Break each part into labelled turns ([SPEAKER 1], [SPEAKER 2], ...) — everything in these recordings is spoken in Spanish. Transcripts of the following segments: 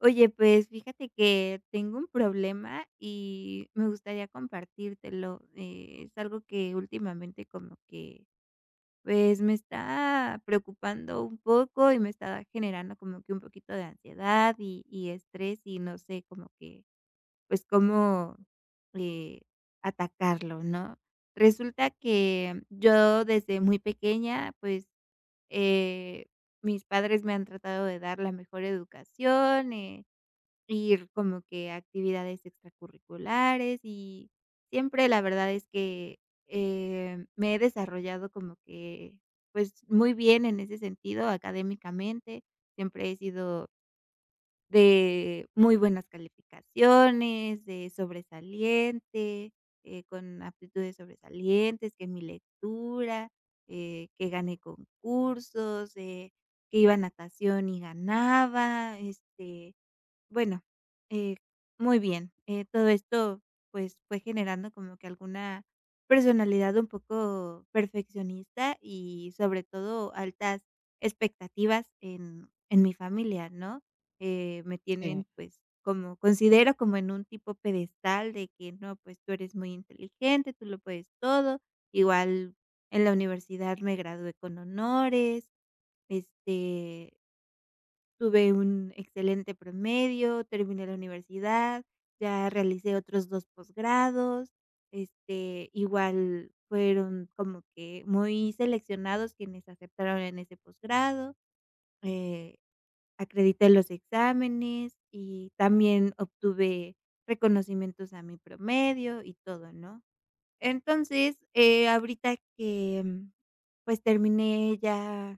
[SPEAKER 1] Oye, pues fíjate que tengo un problema y me gustaría compartírtelo. Es algo que últimamente pues me está preocupando un poco y me está generando como que un poquito de ansiedad y estrés y no sé como que, pues cómo eh, atacarlo, ¿no? Resulta que yo desde muy pequeña, eh, mis padres me han tratado de dar la mejor educación. Ir como que a actividades extracurriculares y siempre la verdad es que, me he desarrollado como que, pues, muy bien en ese sentido académicamente. Siempre he sido de muy buenas calificaciones, de sobresaliente, con aptitudes sobresalientes, que mi lectura, que gané concursos, que iba a natación y ganaba, este, bueno, eh, muy bien. Todo esto, pues, fue generando como que alguna personalidad un poco perfeccionista y, sobre todo, altas expectativas en mi familia, ¿no? Me
[SPEAKER 2] Sí.
[SPEAKER 1] tienen, pues, como considero como en un tipo pedestal de que: "No, pues, tú eres muy inteligente, tú lo puedes todo". Igual en la universidad me gradué con honores, este tuve un excelente promedio, terminé la universidad, ya realicé otros 2 posgrados, este, igual fueron como que muy seleccionados quienes aceptaron en ese posgrado, eh, acredité los exámenes y también obtuve reconocimientos a mi promedio y todo, ¿no? Entonces, ahorita que, pues, terminé ya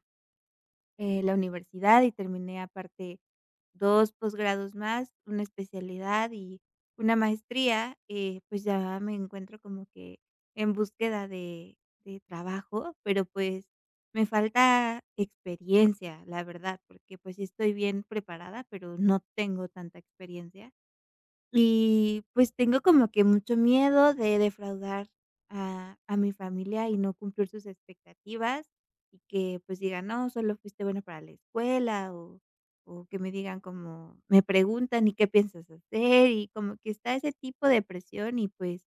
[SPEAKER 1] eh, la universidad y terminé aparte 2 posgrados más, una especialidad y una maestría, pues ya me encuentro como que en búsqueda de trabajo, pero pues me falta experiencia, la verdad, porque pues sí estoy bien preparada, pero no tengo tanta experiencia. Y, pues, tengo como que mucho miedo de defraudar a mi familia y no cumplir sus expectativas, y que, pues, digan: "No, solo fuiste bueno para la escuela", o que me digan como me preguntan: "¿Y qué piensas hacer?". Y como que está ese tipo de presión y, pues,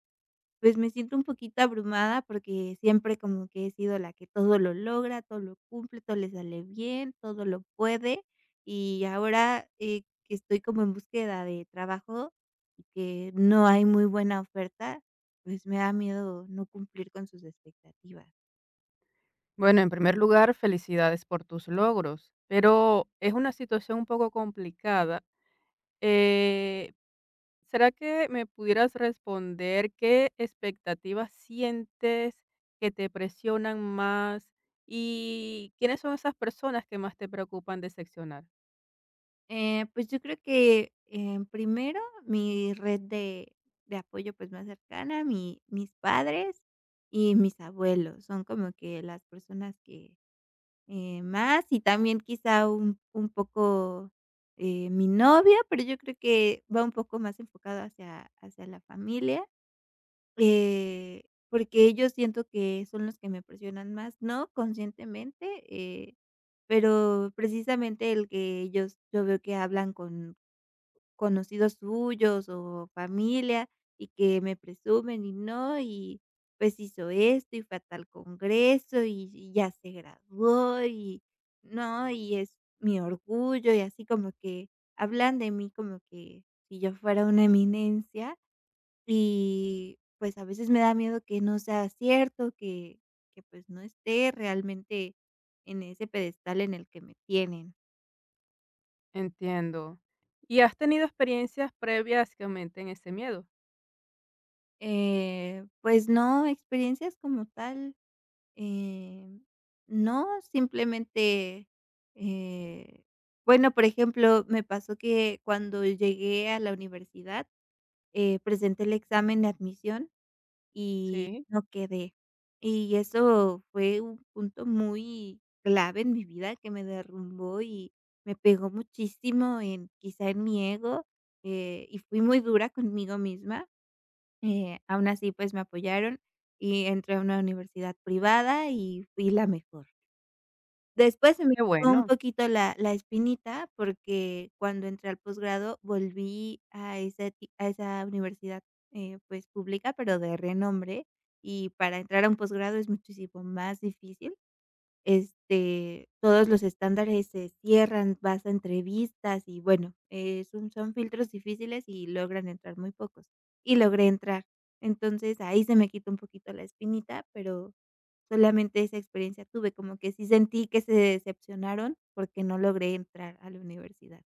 [SPEAKER 1] pues, me siento un poquito abrumada porque siempre como que he sido la que todo lo logra, todo lo cumple, todo le sale bien, todo lo puede, y ahora, que estoy como en búsqueda de trabajo y que no hay muy buena oferta, pues, me da miedo no cumplir con sus expectativas.
[SPEAKER 2] Bueno, en primer lugar, felicidades por tus logros, pero es una situación un poco complicada. Eh, ¿Será que me pudieras responder qué expectativas sientes que te presionan más y quiénes son esas personas que más te preocupan decepcionar?
[SPEAKER 1] Pues, yo creo que, primero mi red de apoyo, pues, más cercana, mi mis padres y mis abuelos, son como que las personas que más y también quizá un poco, mi novia, pero yo creo que va un poco más enfocado hacia la familia, eh, porque ellos siento que son los que me presionan más, no conscientemente, pero precisamente el que ellos yo veo que hablan con conocidos suyos o familia y que me presumen y no, y pues hizo esto y fue a tal congreso y ya se graduó y no, y es mi orgullo y así como que hablan de mí como que si yo fuera una eminencia y pues a veces me da miedo que no sea cierto, que pues no esté realmente en ese pedestal en el que me tienen.
[SPEAKER 2] Entiendo. ¿Y has tenido experiencias previas que aumenten ese miedo?
[SPEAKER 1] Pues no, experiencias como tal. Eh, no, simplemente, eh, bueno, por ejemplo, me pasó que cuando llegué a la universidad, presenté el examen de admisión y
[SPEAKER 2] Sí,
[SPEAKER 1] no quedé. Y eso fue un punto muy clave en mi vida que me derrumbó y me pegó muchísimo en quizá en mi ego, y fui muy dura conmigo misma. Aún así, pues, me apoyaron y entré a una universidad privada y fui la mejor. Después se me
[SPEAKER 2] qué
[SPEAKER 1] quitó un
[SPEAKER 2] bueno.
[SPEAKER 1] poquito la espinita, porque cuando entré al posgrado volví a esa ti a esa universidad, pues, pública, pero de renombre, y para entrar a un posgrado es muchísimo más difícil. Este, todos los estándares se cierran, vas a entrevistas y bueno, son filtros difíciles y logran entrar muy pocos, y logré entrar. Entonces, ahí se me quitó un poquito la espinita, pero solamente esa experiencia tuve, como que sí sentí que se decepcionaron porque no logré entrar a la universidad.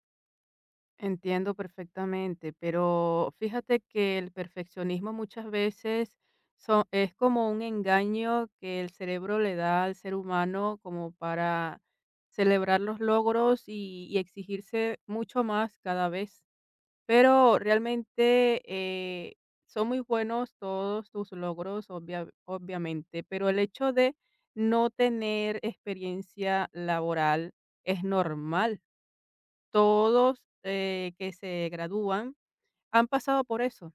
[SPEAKER 2] Entiendo perfectamente, pero fíjate que el perfeccionismo muchas veces es como un engaño que el cerebro le da al ser humano como para celebrar los logros y, exigirse mucho más cada vez. Pero realmente son muy buenos todos tus logros, obviamente, pero el hecho de no tener experiencia laboral es normal. Todos, que se gradúan han pasado por eso,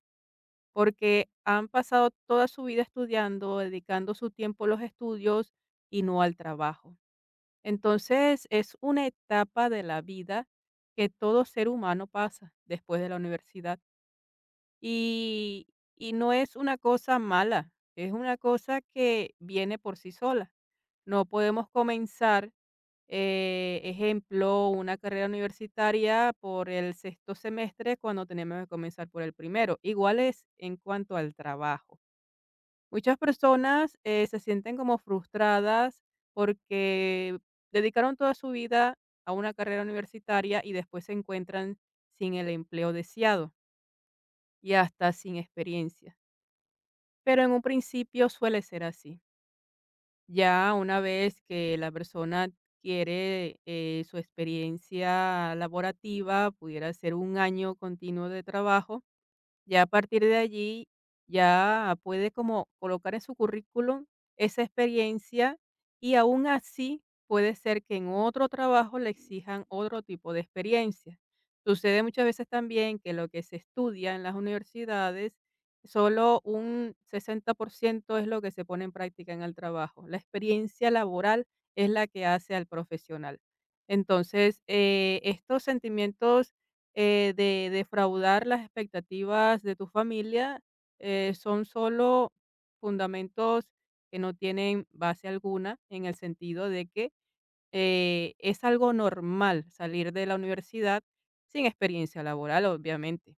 [SPEAKER 2] porque han pasado toda su vida estudiando, dedicando su tiempo a los estudios y no al trabajo. Entonces, es una etapa de la vida que todo ser humano pasa después de la universidad y no es una cosa mala, es una cosa que viene por sí sola. No podemos comenzar, ejemplo, una carrera universitaria por el sexto semestre cuando tenemos que comenzar por el primero. Igual es en cuanto al trabajo. Muchas personas se sienten como frustradas porque dedicaron toda su vida a una carrera universitaria y después se encuentran sin el empleo deseado y hasta sin experiencia. Pero en un principio suele ser así. Ya una vez que la persona quiere, su experiencia laborativa, pudiera ser un año continuo de trabajo, ya a partir de allí, ya puede como colocar en su currículum esa experiencia, y aún así puede ser que en otro trabajo le exijan otro tipo de experiencia. Sucede muchas veces también que lo que se estudia en las universidades, solo un 60% es lo que se pone en práctica en el trabajo. La experiencia laboral es la que hace al profesional. Entonces, estos sentimientos, de defraudar las expectativas de tu familia, son solo fundamentos que no tienen base alguna, en el sentido de que es algo normal salir de la universidad sin experiencia laboral, obviamente.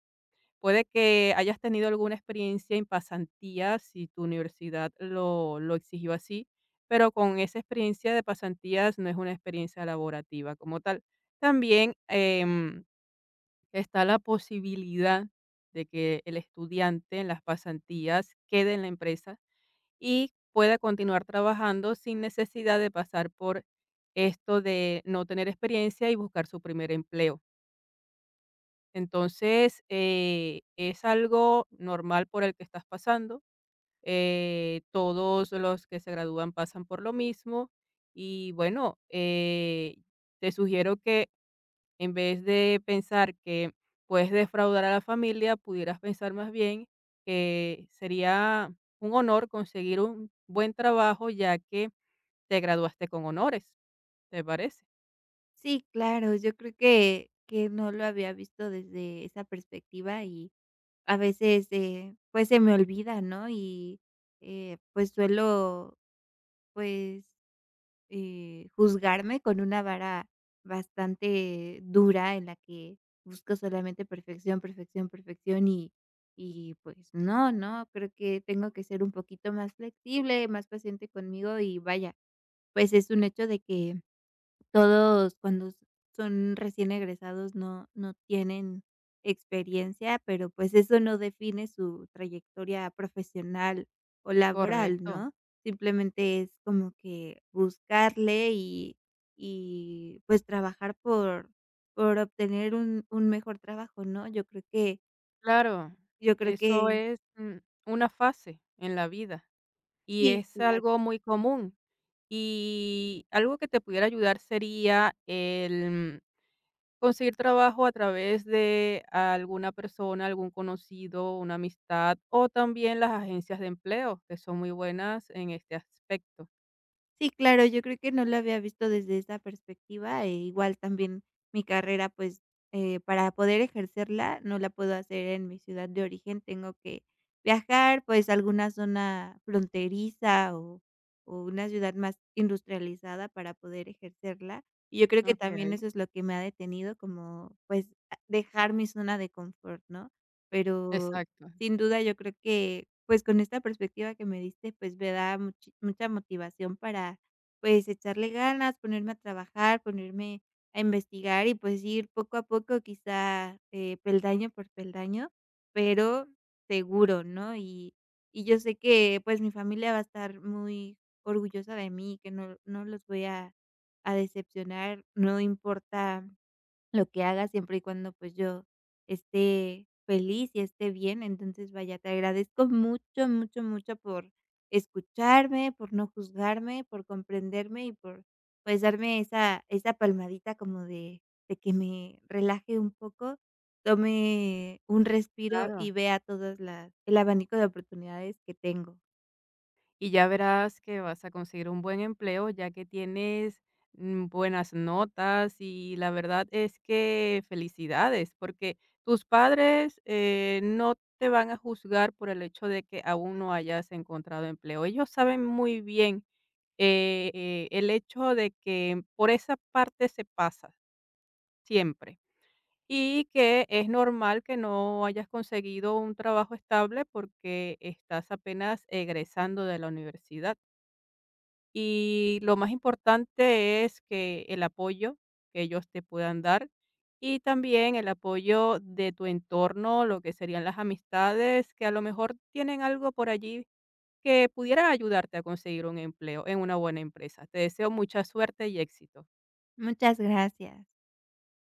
[SPEAKER 2] Puede que hayas tenido alguna experiencia en pasantía, si tu universidad lo exigió así, pero con esa experiencia de pasantías no es una experiencia laborativa como tal. También está la posibilidad de que el estudiante en las pasantías quede en la empresa y pueda continuar trabajando sin necesidad de pasar por esto de no tener experiencia y buscar su primer empleo. Entonces, es algo normal por el que estás pasando. Todos los que se gradúan pasan por lo mismo. Y bueno, te sugiero que en vez de pensar que puedes defraudar a la familia, pudieras pensar más bien que sería un honor conseguir un buen trabajo, ya que te graduaste con honores, ¿te parece?
[SPEAKER 1] Sí, claro, yo creo que no lo había visto desde esa perspectiva y a veces, pues, se me olvida, ¿no? Pues, suelo pues, juzgarme con una vara bastante dura en la que busco solamente perfección, perfección, perfección y pues no, ¿no? Creo que tengo que ser un poquito más flexible, más paciente conmigo y vaya, pues es un hecho de que todos cuando son recién egresados no tienen experiencia, pero, pues, eso no define su trayectoria profesional o laboral,
[SPEAKER 2] Correcto.
[SPEAKER 1] ¿no? Simplemente es como que buscarle y, pues, trabajar por obtener un mejor trabajo, ¿no?
[SPEAKER 2] Claro,
[SPEAKER 1] Yo creo
[SPEAKER 2] eso
[SPEAKER 1] que
[SPEAKER 2] es una fase en la vida y
[SPEAKER 1] sí,
[SPEAKER 2] es
[SPEAKER 1] claro.
[SPEAKER 2] algo muy común. Y algo que te pudiera ayudar sería el conseguir trabajo a través de alguna persona, algún conocido, una amistad o también las agencias de empleo, que son muy buenas en este aspecto.
[SPEAKER 1] Sí, claro, yo creo que no lo había visto desde esa perspectiva, e igual también mi carrera, pues, para poder ejercerla, no la puedo hacer en mi ciudad de origen, tengo que viajar, pues, a alguna zona fronteriza o una ciudad más industrializada para poder ejercerla. Y yo creo que también
[SPEAKER 2] Okey,
[SPEAKER 1] eso es lo que me ha detenido como, pues, a dejar mi zona de confort, ¿no? Pero
[SPEAKER 2] exacto,
[SPEAKER 1] sin duda, yo creo que, pues, con esta perspectiva que me diste, pues, me da muchi mucha motivación para, pues, echarle ganas, ponerme a trabajar, ponerme a investigar y, pues, ir poco a poco, quizá, peldaño por peldaño, pero seguro, ¿no? Y yo sé que, pues, mi familia va a estar muy orgullosa de mí, que no los voy a decepcionar, no importa lo que haga siempre y cuando, pues, yo esté feliz y esté bien. Entonces, vaya, te agradezco mucho, mucho, mucho por escucharme, por no juzgarme, por comprenderme y por, pues, darme esa palmadita como de que me relaje un poco, tome un respiro y
[SPEAKER 2] claro.
[SPEAKER 1] vea todas las el abanico de oportunidades que tengo.
[SPEAKER 2] Y ya verás que vas a conseguir un buen empleo, ya que tienes, buenas notas, y la verdad es que felicidades, porque tus padres, no te van a juzgar por el hecho de que aún no hayas encontrado empleo. Ellos saben muy bien, el hecho de que por esa parte se pasa siempre y que es normal que no hayas conseguido un trabajo estable porque estás apenas egresando de la universidad. Y lo más importante es que el apoyo que ellos te puedan dar, y también el apoyo de tu entorno, lo que serían las amistades, que a lo mejor tienen algo por allí que pudiera ayudarte a conseguir un empleo en una buena empresa. Te deseo mucha suerte y éxito.
[SPEAKER 1] Muchas gracias.